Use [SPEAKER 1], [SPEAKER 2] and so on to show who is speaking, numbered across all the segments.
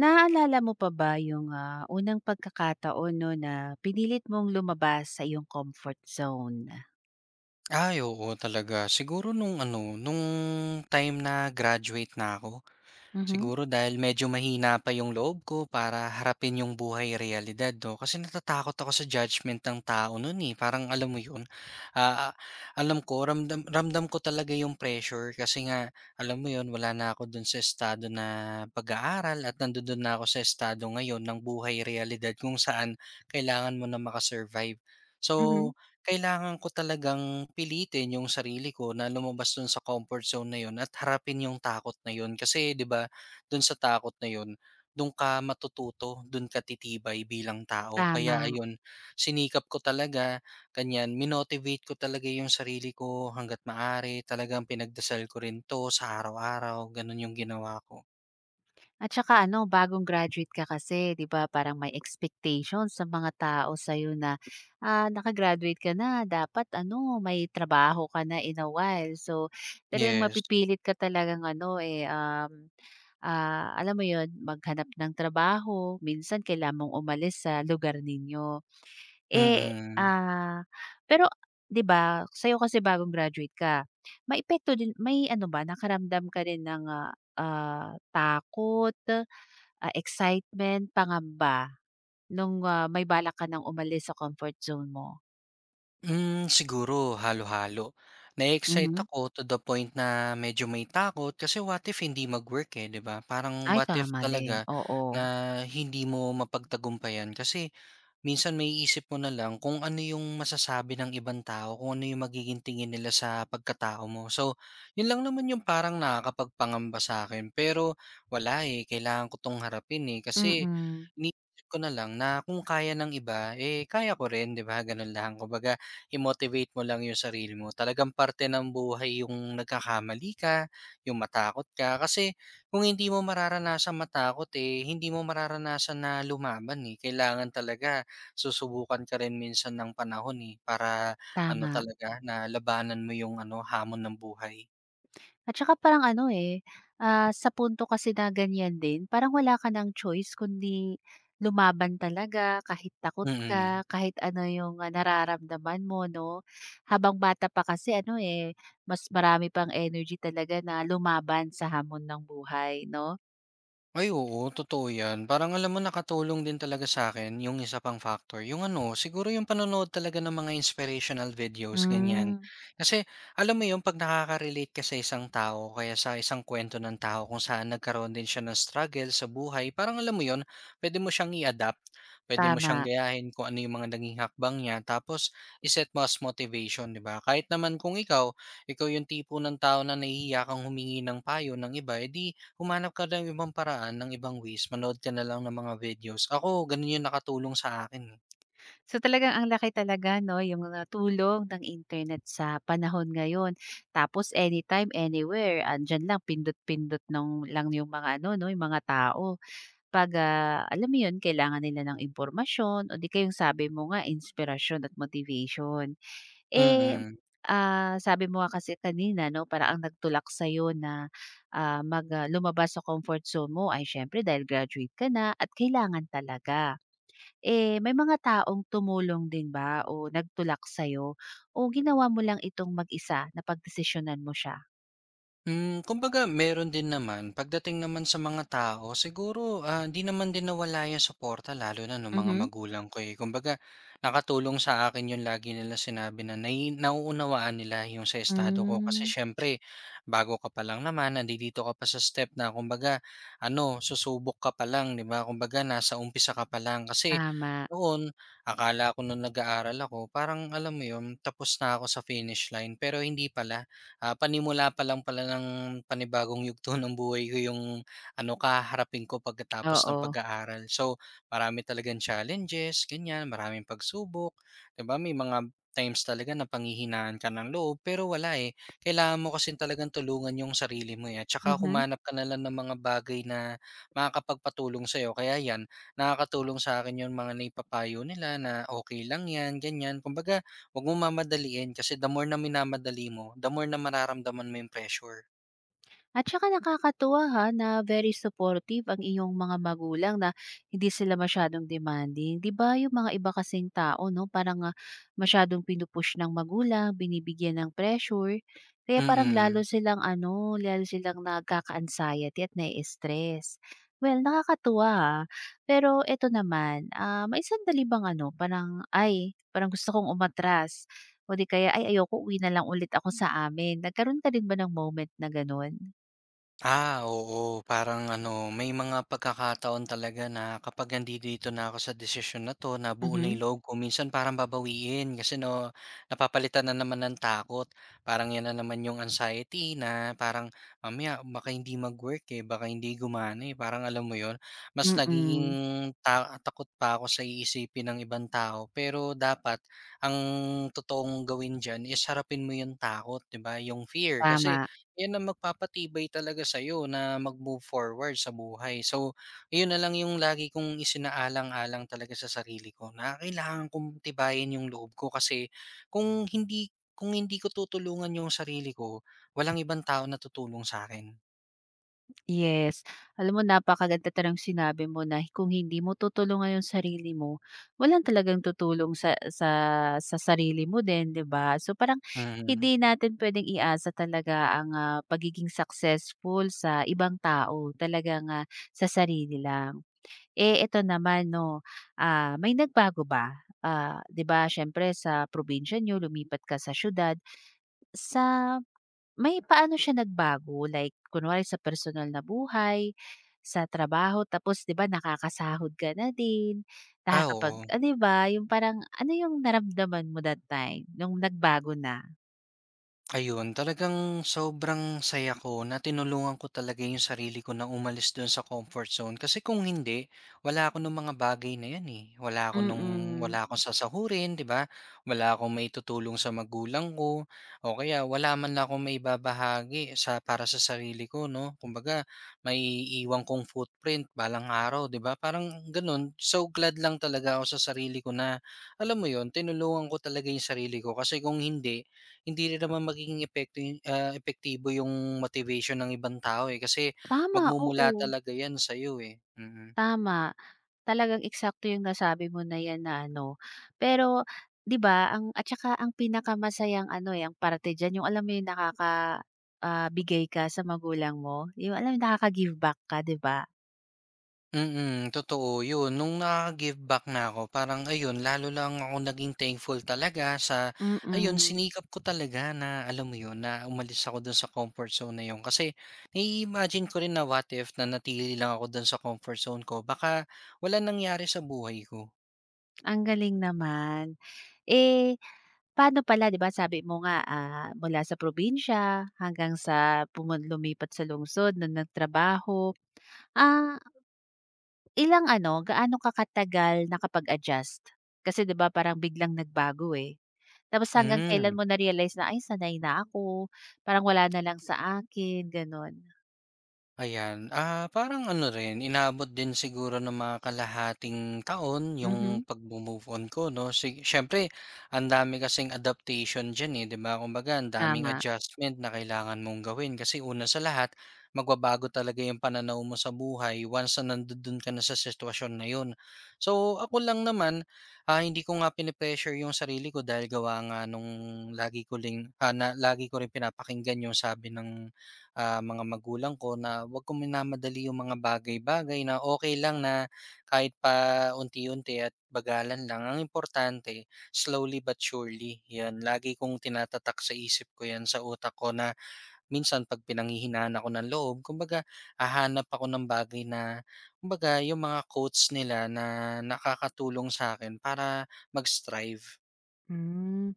[SPEAKER 1] Naaalala mo pa ba yung, unang pagkakataon 'no na pinilit mong lumabas sa iyong comfort zone?
[SPEAKER 2] Ay oo talaga. Siguro nung time na graduate na ako.
[SPEAKER 1] Mhm.
[SPEAKER 2] Siguro dahil medyo mahina pa yung loob ko para harapin yung buhay realidad 'no, kasi natatakot ako sa judgment ng tao nun, eh, parang alam mo yun, ah, ah, alam ko, ramdam ramdam ko talaga yung pressure kasi nga alam mo yun, wala na ako dun sa estado na pag-aaral at nandodon na ako sa estado ngayon ng buhay realidad kung saan kailangan mo na maka— So,
[SPEAKER 1] Mhm.
[SPEAKER 2] kailangan ko talagang pilitin yung sarili ko na lumabas dun sa comfort zone na yun at harapin yung takot na yun kasi 'di ba, dun sa takot na yun, dun ka matututo, dun ka titibay bilang tao. Kaya
[SPEAKER 1] Tama.
[SPEAKER 2] ayun, sinikap ko talaga, kanyan, minotivate ko talaga yung sarili ko hangga't maaari. Talagang pinagdasal ko rin 'to sa araw-araw, ganun yung ginawa ko.
[SPEAKER 1] At saka ano, bagong graduate ka kasi 'di ba parang may expectations sa mga tao sa sa'yo na, nakagraduate ka na dapat ano, may trabaho ka na in a while. So, talagang
[SPEAKER 2] Yes.
[SPEAKER 1] mapipilit ka talagang ano, eh, alam mo 'yun, maghanap ng trabaho. Minsan kailangan mong umalis sa lugar ninyo.
[SPEAKER 2] Mm-mm,
[SPEAKER 1] Eh,
[SPEAKER 2] mm.
[SPEAKER 1] ah, pero 'di ba sa'yo kasi bagong graduate ka, maepekto din may ano ba nakaramdam ka rin ng, takot, excitement, pangamba nung, may balak ka ng umalis sa comfort zone mo?
[SPEAKER 2] Hmm, siguro halo-halo.
[SPEAKER 1] Mhm.
[SPEAKER 2] Na-excite ako to the point na medyo may takot kasi what if hindi mag-work, eh, 'di ba? Parang
[SPEAKER 1] Ay
[SPEAKER 2] what if
[SPEAKER 1] tama din,
[SPEAKER 2] talaga
[SPEAKER 1] oo.
[SPEAKER 2] na hindi mo mapagtagumpayan kasi minsan may isip mo na lang kung ano yung masasabi ng ibang tao, kung ano yung magiging tingin nila sa pagkatao mo. So, yun lang naman yung parang nakakapagpangamba sa akin, pero wala, eh, kailangan ko 'tong harapin, eh, kasi
[SPEAKER 1] Mm,
[SPEAKER 2] iniisip ko na lang na kung kaya ng iba, eh, kaya ko rin, 'di ba, gano'n lang. Kumbaga, i-motivate mo lang yung sarili mo. Talagang parte ng buhay yung nagkakamali ka, yung matakot ka, kasi kung hindi mo mararanasang matakot, eh, hindi mo mararanasan na lumaban, eh. Kailangan talaga. Susubukan ka rin minsan ng panahon, eh, para ano
[SPEAKER 1] tama.
[SPEAKER 2] talaga, na labanan mo yung ano, hamon ng buhay.
[SPEAKER 1] At saka parang ano, eh, sa punto kasi na ganyan din parang wala ka ng choice kundi lumaban talaga kahit takot ka,
[SPEAKER 2] Mm.
[SPEAKER 1] kahit ano yung, nararamdaman mo 'no. Habang bata pa kasi ano, eh, mas marami pang energy talaga na lumaban sa hamon ng buhay 'no?
[SPEAKER 2] Ay oo, totoo 'yan. Parang alam mo, nakatulong din talaga sa akin yung isa pang factor, yung ano, siguro yung panonood talaga ng mga inspirational videos, ganiyan.
[SPEAKER 1] Hmm,
[SPEAKER 2] Kasi alam mo yun, 'pag nakaka-relate ka sa isang tao kaya sa isang kwento ng tao kung saan nagkaroon din siya ng struggle sa buhay, parang alam mo yun, pwede mo siyang i-adapt, puwede mo siyang
[SPEAKER 1] tama.
[SPEAKER 2] gayahin kung ano yung mga naging hakbang niya, tapos iset set mo as motivation, 'di ba? Kahit naman kung ikaw, ikaw yung tipo ng tao na nahihiya kang humingi ng payo ng iba, edi humanap ka ng ibang paraan, ng ibang ways, manood ka na lang ng mga videos. Ako gano'n 'yung nakatulong sa akin, eh,
[SPEAKER 1] So talagang ang laki talaga 'no, yung, tulong ng internet sa panahon ngayon. Tapos anytime, anywhere, andiyan lang pindot-pindot ng lang yung mga ano 'no, yung mga tao. 'Pag, alam mo yun, kailangan nila ng impormasyon o di kaya yung sabi mo nga inspiration at motivation. Eh,
[SPEAKER 2] mm.
[SPEAKER 1] sabi mo nga kasi kanina 'no, para ang nagtulak sa'yo na, lumabas sa comfort zone mo ay siyempre dahil graduate ka na at kailangan talaga. Eh, may mga taong tumulong din ba o nagtulak sa'yo o ginawa mo lang itong mag-isa na napagdesisyonan mo siya?
[SPEAKER 2] Hmm, kumbaga meron din naman. Pagdating naman sa mga tao, siguro ah, hindi naman din nawala yung suporta lalo na nung mga
[SPEAKER 1] Mhm.
[SPEAKER 2] magulang ko, eh. Kumbaga nakatulong sa akin yung lagi nila sinabi na nauunawaan nila yung sa estado ko kasi
[SPEAKER 1] Mm.
[SPEAKER 2] syempre bago ka pa lang naman, nandito ka pa sa step na kumbaga ano, susubok ka pa lang, 'di ba? Kumbaga nasa umpisa ka pa lang kasi
[SPEAKER 1] Tama,
[SPEAKER 2] noon, akala ko nung nag-aaral ako, parang alam mo yun, tapos na ako sa finish line pero hindi pala, panimula pa lang pala ng panibagong yugto ng buhay ko yung ano, kaharapin ko pagkatapos ng
[SPEAKER 1] oo.
[SPEAKER 2] pag-aaral. So, marami talagang challenges, ganyan, maraming pagsubok. 'Di ba may mga times talaga na panghihinaan ka ng loob, pero wala, eh. Kailangan mo kasi talagang tulungan yung sarili mo, eh. At saka
[SPEAKER 1] Mhm.
[SPEAKER 2] humanap ka na lang ng mga bagay na makakapagpatulong sa'yo. Kaya yan, nakakatulong sa akin yung mga naipapayo nila na okay lang yan, ganyan. Kumbaga, huwag mong mamadaliin kasi the more na minamadali mo, the more na mararamdaman mo yung pressure.
[SPEAKER 1] At saka nakakatuwa ha na very supportive ang iyong mga magulang na hindi sila masyadong demanding. 'Di ba yung mga iba kasing tao 'no, parang, masyadong pinu-push ng magulang, binibigyan ng pressure, kaya parang
[SPEAKER 2] Mm.
[SPEAKER 1] lalo silang ano, lalo silang nagkaka-anxiety at nai-stress. Well, nakakatuwa ha. Pero eto naman, may sandali bang ano, parang, "Ay, parang gusto kong umatras." O di kaya, "Ay, ayoko, uwi na lang ulit ako sa amin." Nagkaroon ka din ba ng moment na gano'n?
[SPEAKER 2] Ah, oo. Parang ano, may mga pagkakataon talaga na kapag nandito na ako sa desisyon na 'to, nabuo na
[SPEAKER 1] Mhm,
[SPEAKER 2] yung loob ko, minsan parang babawiin kasi 'no, napapalitan na naman ng takot. Parang 'yan na naman yung anxiety na parang mamaya baka hindi mag-work, eh, baka hindi gumana, eh, parang alam mo yon, mas nagiging
[SPEAKER 1] mm,
[SPEAKER 2] takot pa ako sa iisipin ng ibang tao. Pero dapat ang totoong gawin diyan is harapin mo yung takot, 'di ba, yung fear. Kasi
[SPEAKER 1] tama.
[SPEAKER 2] 'yun ang magpapatibay talaga sa'yo na mag-move forward sa buhay. So, yun na lang yung lagi kong isinaalang-alang talaga sa sarili ko, na kailangan kong tibayin yung loob ko kasi kung hindi ko tutulungan yung sarili ko, walang ibang tao na tutulong sa'kin.
[SPEAKER 1] Yes, alam mo napakaganda talagang sinabi mo na kung hindi mo tutulungan yung sarili mo, walang talagang tutulong sa sarili mo din, 'di ba? So parang
[SPEAKER 2] Mm.
[SPEAKER 1] hindi natin puwedeng iasa talaga ang, pagiging successful sa ibang tao, talagang, sa sarili lang. Eh, eto naman 'no, may nagbago ba? Ah, 'di ba siyempre sa probinsya niyo lumipat ka sa siyudad, sa May paano siya nagbago like kunwari sa personal na buhay, sa trabaho tapos 'di ba nakakasahod ka na din,
[SPEAKER 2] Ah, oo.
[SPEAKER 1] 'di ba yung parang ano yung naramdaman mo that time nung nagbago na?
[SPEAKER 2] Ayun, talagang sobrang saya ko na tinulungan ko talaga yung sarili ko na umalis dun sa comfort zone. Kasi kung hindi, wala ako nung mga bagay na yan, eh.
[SPEAKER 1] Mm.
[SPEAKER 2] Wala akong sasahurin, di ba? Wala akong maitutulong sa magulang ko. O kaya wala man lang akong maibabahagi sa, para sa sarili ko, no? Kumbaga, may iwan kong footprint balang araw, di ba? Parang ganun. So glad lang talaga ako sa sarili ko na alam mo yon, tinulungan ko talaga yung sarili ko. Kasi kung hindi, hindi rin naman magiging epektibo yung motivation ng ibang tao, eh, kasi
[SPEAKER 1] Tama,
[SPEAKER 2] magmumula
[SPEAKER 1] oo,
[SPEAKER 2] talaga yan sa'yo, eh, mm.
[SPEAKER 1] tama. Talagang eksakto yung nasabi mo na 'yan na ano. Pero 'di ba ang at saka ang pinakamasayang ano, eh, ang parte diyan yung alam mo yung bigay ka sa magulang mo, yung alam mo nakaka-give back ka 'di ba?
[SPEAKER 2] Mm, totoo yun. Nung naka-give back na ako, parang ayun, lalo lang ako naging thankful talaga sa— ayun,
[SPEAKER 1] Mm,
[SPEAKER 2] sinikap ko talaga na alam mo yun, na umalis ako dun sa comfort zone na yun. Kasi nai-imagine ko rin na what if na natili lang ako dun sa comfort zone ko, baka walang nangyari sa buhay ko.
[SPEAKER 1] ang galing naman. Eh, paano pala 'di ba sabi mo nga, mula sa probinsya hanggang sa pumun lumipat sa lungsod na nagtrabaho. Ah, Ilang ano, gaano ka katagal nakapag-adjust? Kasi 'di ba parang biglang nagbago, eh. Tapos hanggang
[SPEAKER 2] Hmm.
[SPEAKER 1] kailan mo na-realize na, "Ay sanay na ako, parang wala na lang sa akin." Gano'n.
[SPEAKER 2] Ayan, ah, parang ano rin, inabot din siguro ng mga kalahating taon
[SPEAKER 1] Mhm,
[SPEAKER 2] yung pagmo-move on ko 'no. Siyempre ang dami kasing adaptation diyan, eh, 'di ba? Kumbaga ang daming
[SPEAKER 1] tama.
[SPEAKER 2] adjustment na kailangan mong gawin kasi una sa lahat, magbabago talaga yung pananaw mo sa buhay once na nandoon ka na sa sitwasyon na yun. So, ako lang naman, ah, hindi ko nga pinipressure yung sarili ko dahil gawa nga nung lagi ko ring ah, na lagi ko rin pinapakinggan yung sabi ng mga magulang ko na 'wag kong minamadali yung mga bagay-bagay, na okay lang na kahit paunti-unti at bagalan lang. Ang importante slowly but surely, 'yan. Lagi kong tinatatak sa isip ko 'yan, sa utak ko, na minsan 'pag pinanghihinaan ako ng loob, kumbaga hahanap ako ng bagay na kumbaga yung mga quotes nila na nakakatulong sa akin para mag-strive.
[SPEAKER 1] Hmm.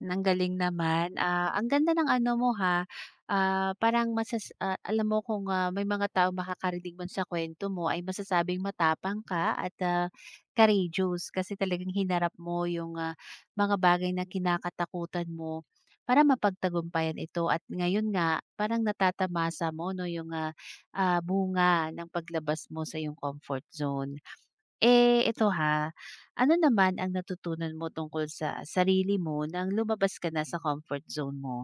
[SPEAKER 1] Ang galing naman, ang ganda ng ano mo ha, parang alam mo kung, may mga tao makakarinig man sa kwento mo ay masasabing matapang ka at, courageous kasi talagang hinarap mo yung, mga bagay na kinakatakutan mo para mapagtagumpayan ito at ngayon nga parang natatamasa mo 'no yung, bunga ng paglabas mo sa yung comfort zone. Eh, ito ha, ano naman ang natutunan mo tungkol sa sarili mo nang lumabas ka na sa comfort zone mo?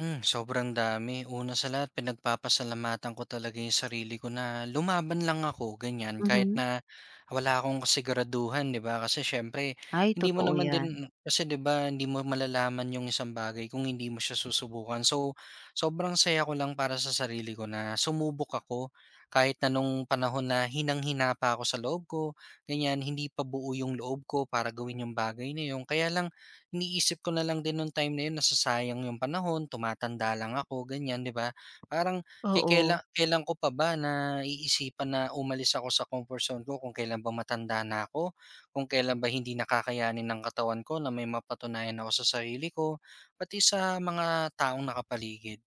[SPEAKER 2] Hmm, sobrang dami. Una sa lahat, pinagpapasalamatan ko talaga yung sarili ko na lumaban lang ako ganyan kahit
[SPEAKER 1] Mhm.
[SPEAKER 2] na wala akong kasiguraduhan, 'di ba? Kasi siyempre
[SPEAKER 1] Ay,
[SPEAKER 2] hindi mo
[SPEAKER 1] totoo
[SPEAKER 2] naman
[SPEAKER 1] 'yan.
[SPEAKER 2] din kasi 'di ba hindi mo malalaman yung isang bagay kung hindi mo siya susubukan. So, sobrang saya ko lang para sa sarili ko na sumubok ako kahit na nung panahon na hinang-hina pa ako sa loob ko, ganyan, hindi pa buo yung loob ko para gawin yung bagay na yun. Kaya lang iniisip ko na lang din nung time na yun, nasasayang yung panahon, tumatanda lang ako ganyan, 'di ba? Parang
[SPEAKER 1] Oo,
[SPEAKER 2] kelan ko pa ba na iisipan na umalis ako sa comfort zone ko, kung kelan ba matanda na ako, kung kelan ba hindi na kakayanin ng katawan ko, na may mapatunayan ako sa sarili ko, pati sa mga taong nakapaligid.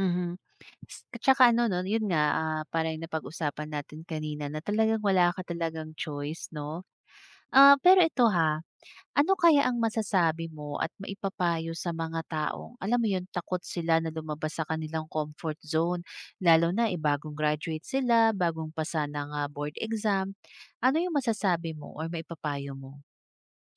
[SPEAKER 1] mhm. S tsaka ano 'no, yun nga, parang napag-usapan natin kanina na talagang wala ka talagang choice 'no? Ah, pero ito ha Ano kaya ang masasabi mo at maipapayo sa mga taong, alam mo yun, takot sila na lumabas sa kanilang comfort zone, lalo na eh, bagong graduate sila, bagong pasa ng ah, board exam. Ano yung masasabi mo or maipapayo mo?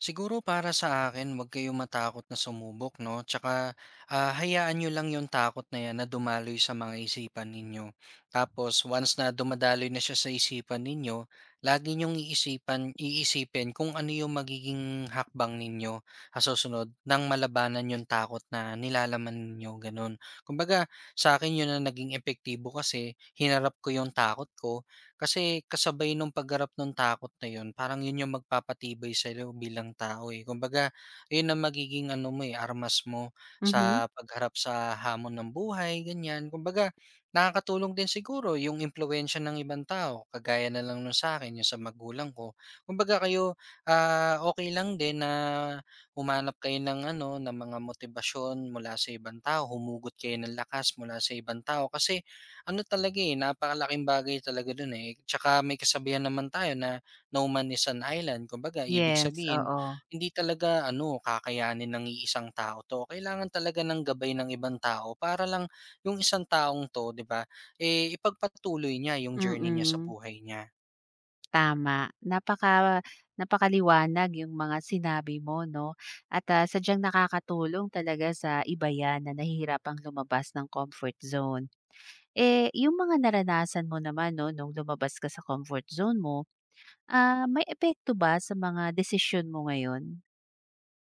[SPEAKER 2] Siguro para sa akin, huwag kayong matakot na sumubok, 'no? Tsaka, ah, hayaan niyo lang yung takot na 'yan na dumaloy sa mga isipan ninyo. Tapos once na dumadaloy na siya sa isipan ninyo, lagi niyong iisipin kung ano yung magiging hakbang ninyo sa susunod nang malabanan yung takot na nilalaman ninyo, gano'n. Kumbaga, sa akin yun na naging epektibo kasi hinarap ko yung takot ko, kasi kasabay nung paggarap nung takot na yun, parang yun yung magpapatibay sa sa'yo bilang tao, eh. Kumbaga yun ang magiging armas mo
[SPEAKER 1] Mhm.
[SPEAKER 2] sa pagharap sa hamon ng buhay, ganyan. Kumbaga nakakatulong din siguro yung impluwensiya ng ibang tao, kagaya na lang nun sa akin yung sa magulang ko. Kumbaga kayo, ah, okay lang din na humanap kayo ng ano, ng mga motibasyon mula sa ibang tao, humugot kayo ng lakas mula sa ibang tao, kasi ano talaga, eh, napakalaking bagay talaga dun, eh. Tsaka may kasabihan naman tayo na no man is an island. Kumbaga ibig
[SPEAKER 1] Yes,
[SPEAKER 2] sabihin,
[SPEAKER 1] oo.
[SPEAKER 2] hindi talaga ano, kakayanin ng iisang tao 'to. Kailangan talaga ng gabay ng ibang tao para lang yung isang taong 'to, 'di ba, eh, ipagpatuloy niya yung journey niya sa
[SPEAKER 1] Mm.
[SPEAKER 2] buhay niya.
[SPEAKER 1] Tama, napakaliwanag yung mga sinabi mo 'no, at, sadyang nakakatulong talaga sa iba 'yan na nahihirapang lumabas ng comfort zone. Eh, yung mga naranasan mo naman 'no, nung lumabas ka sa comfort zone mo, may epekto ba sa mga desisyon mo ngayon?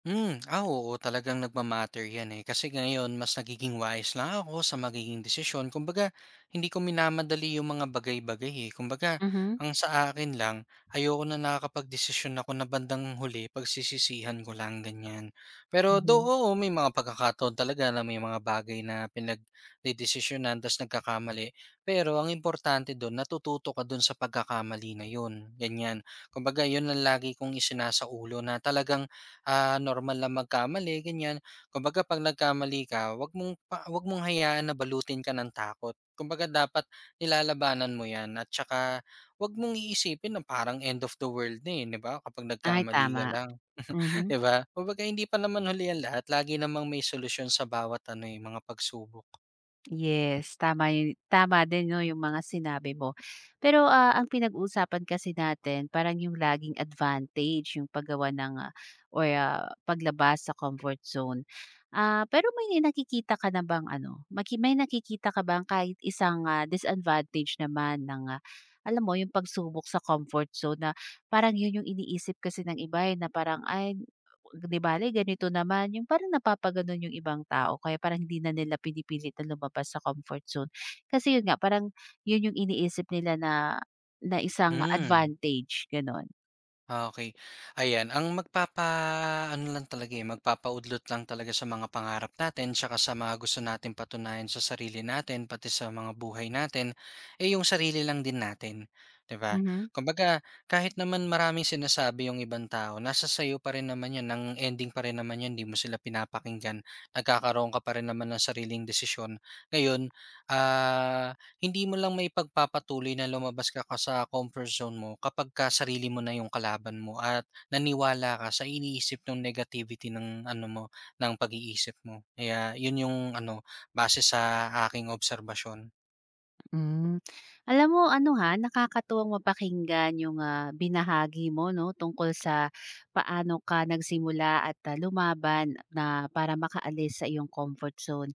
[SPEAKER 2] Hmm, ah, oo talagang nagma 'yan, eh. Kasi ngayon mas nagiging wise na ako sa magiging desisyon. Kumbaga hindi ko minamadali yung mga bagay-bagay, eh. Kumbaga
[SPEAKER 1] Mhm.
[SPEAKER 2] ang sa akin lang, ayoko na nakakapagdesisyon ako na bandang huli pagsisisihan ko lang, ganyan. Pero
[SPEAKER 1] Mhm.
[SPEAKER 2] though, oo, may mga pagkakataon talaga na may mga bagay na pinagdedesisyonan ta's nagkakamali. Pero ang importante do'n, natututo ka do'n sa pagkakamali na 'yun, ganyan. Kumbaga 'yun ang lagi kong isinasa ulo na talagang ah, normal lang magkamali, ganyan. Kumbaga 'pag nagkamali ka, wag mong pa huwag mong hayaan na balutin ka ng takot. Kumbaga dapat nilalabanan mo 'yan, at saka wag mong iisipin na parang end of the world na, eh, 'di ba, kapag
[SPEAKER 1] Ay,
[SPEAKER 2] nagkamali ka
[SPEAKER 1] tama.
[SPEAKER 2] lang,
[SPEAKER 1] Mhm.
[SPEAKER 2] 'di ba? Kumbaga hindi pa naman huli ang lahat, lagi namang may solusyon sa bawat ano, eh, mga pagsubok.
[SPEAKER 1] Yes, tama yun tama din 'no, yung mga sinabi mo. Pero, ang pinag-uusapan kasi natin parang yung laging advantage yung paggawa ng, paglabas sa comfort zone. Ah, pero may nakikita ka na bang ano, maki may nakikita ka bang kahit isang, disadvantage naman ng, alam mo yung pagsubok sa comfort zone na parang yun yung iniisip kasi ng iba, eh, na parang, "Ay" 'Di bale ganito naman, yung parang napapagano'n yung ibang tao kaya parang hindi na nila pinipilit na lumabas sa comfort zone. Kasi yun nga parang yun yung iniisip nila na na isang
[SPEAKER 2] Hmm.
[SPEAKER 1] advantage, gano'n.
[SPEAKER 2] Ah, okey. Ayan, ang ano lang talaga, eh, magpapaudlot lang talaga sa mga pangarap natin tsaka sa mga gusto nating patunayan sa sarili natin, pati sa mga buhay natin, eh, yung sarili lang din natin, 'di ba?
[SPEAKER 1] Mhm,
[SPEAKER 2] Kumbaga, kahit naman maraming sinasabi yung ibang tao, nasa sa'yo pa rin naman 'yun, ang ending pa rin naman 'yun, 'di mo sila pinapakinggan, nagkakaroon ka pa rin naman ng sariling desisyon. Ngayon, ah hindi mo lang may pagpapatuloy na lumabas ka ka sa comfort zone mo kapagka sarili mo na yung kalaban mo at naniwala ka sa iniisip ng negativity ng ano mo, ng pag-iisip mo. Kaya yun yung ano, base sa aking obserbasyon.
[SPEAKER 1] hmm. Alam mo ano, ha, nakakatuwang mapakinggan yung, binahagi mo 'no, tungkol sa paano ka nagsimula at, lumaban na para makaalis sa iyong comfort zone.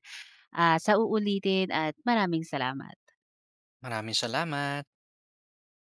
[SPEAKER 1] Ah, sa uulitin at maraming salamat.
[SPEAKER 2] Maraming salamat.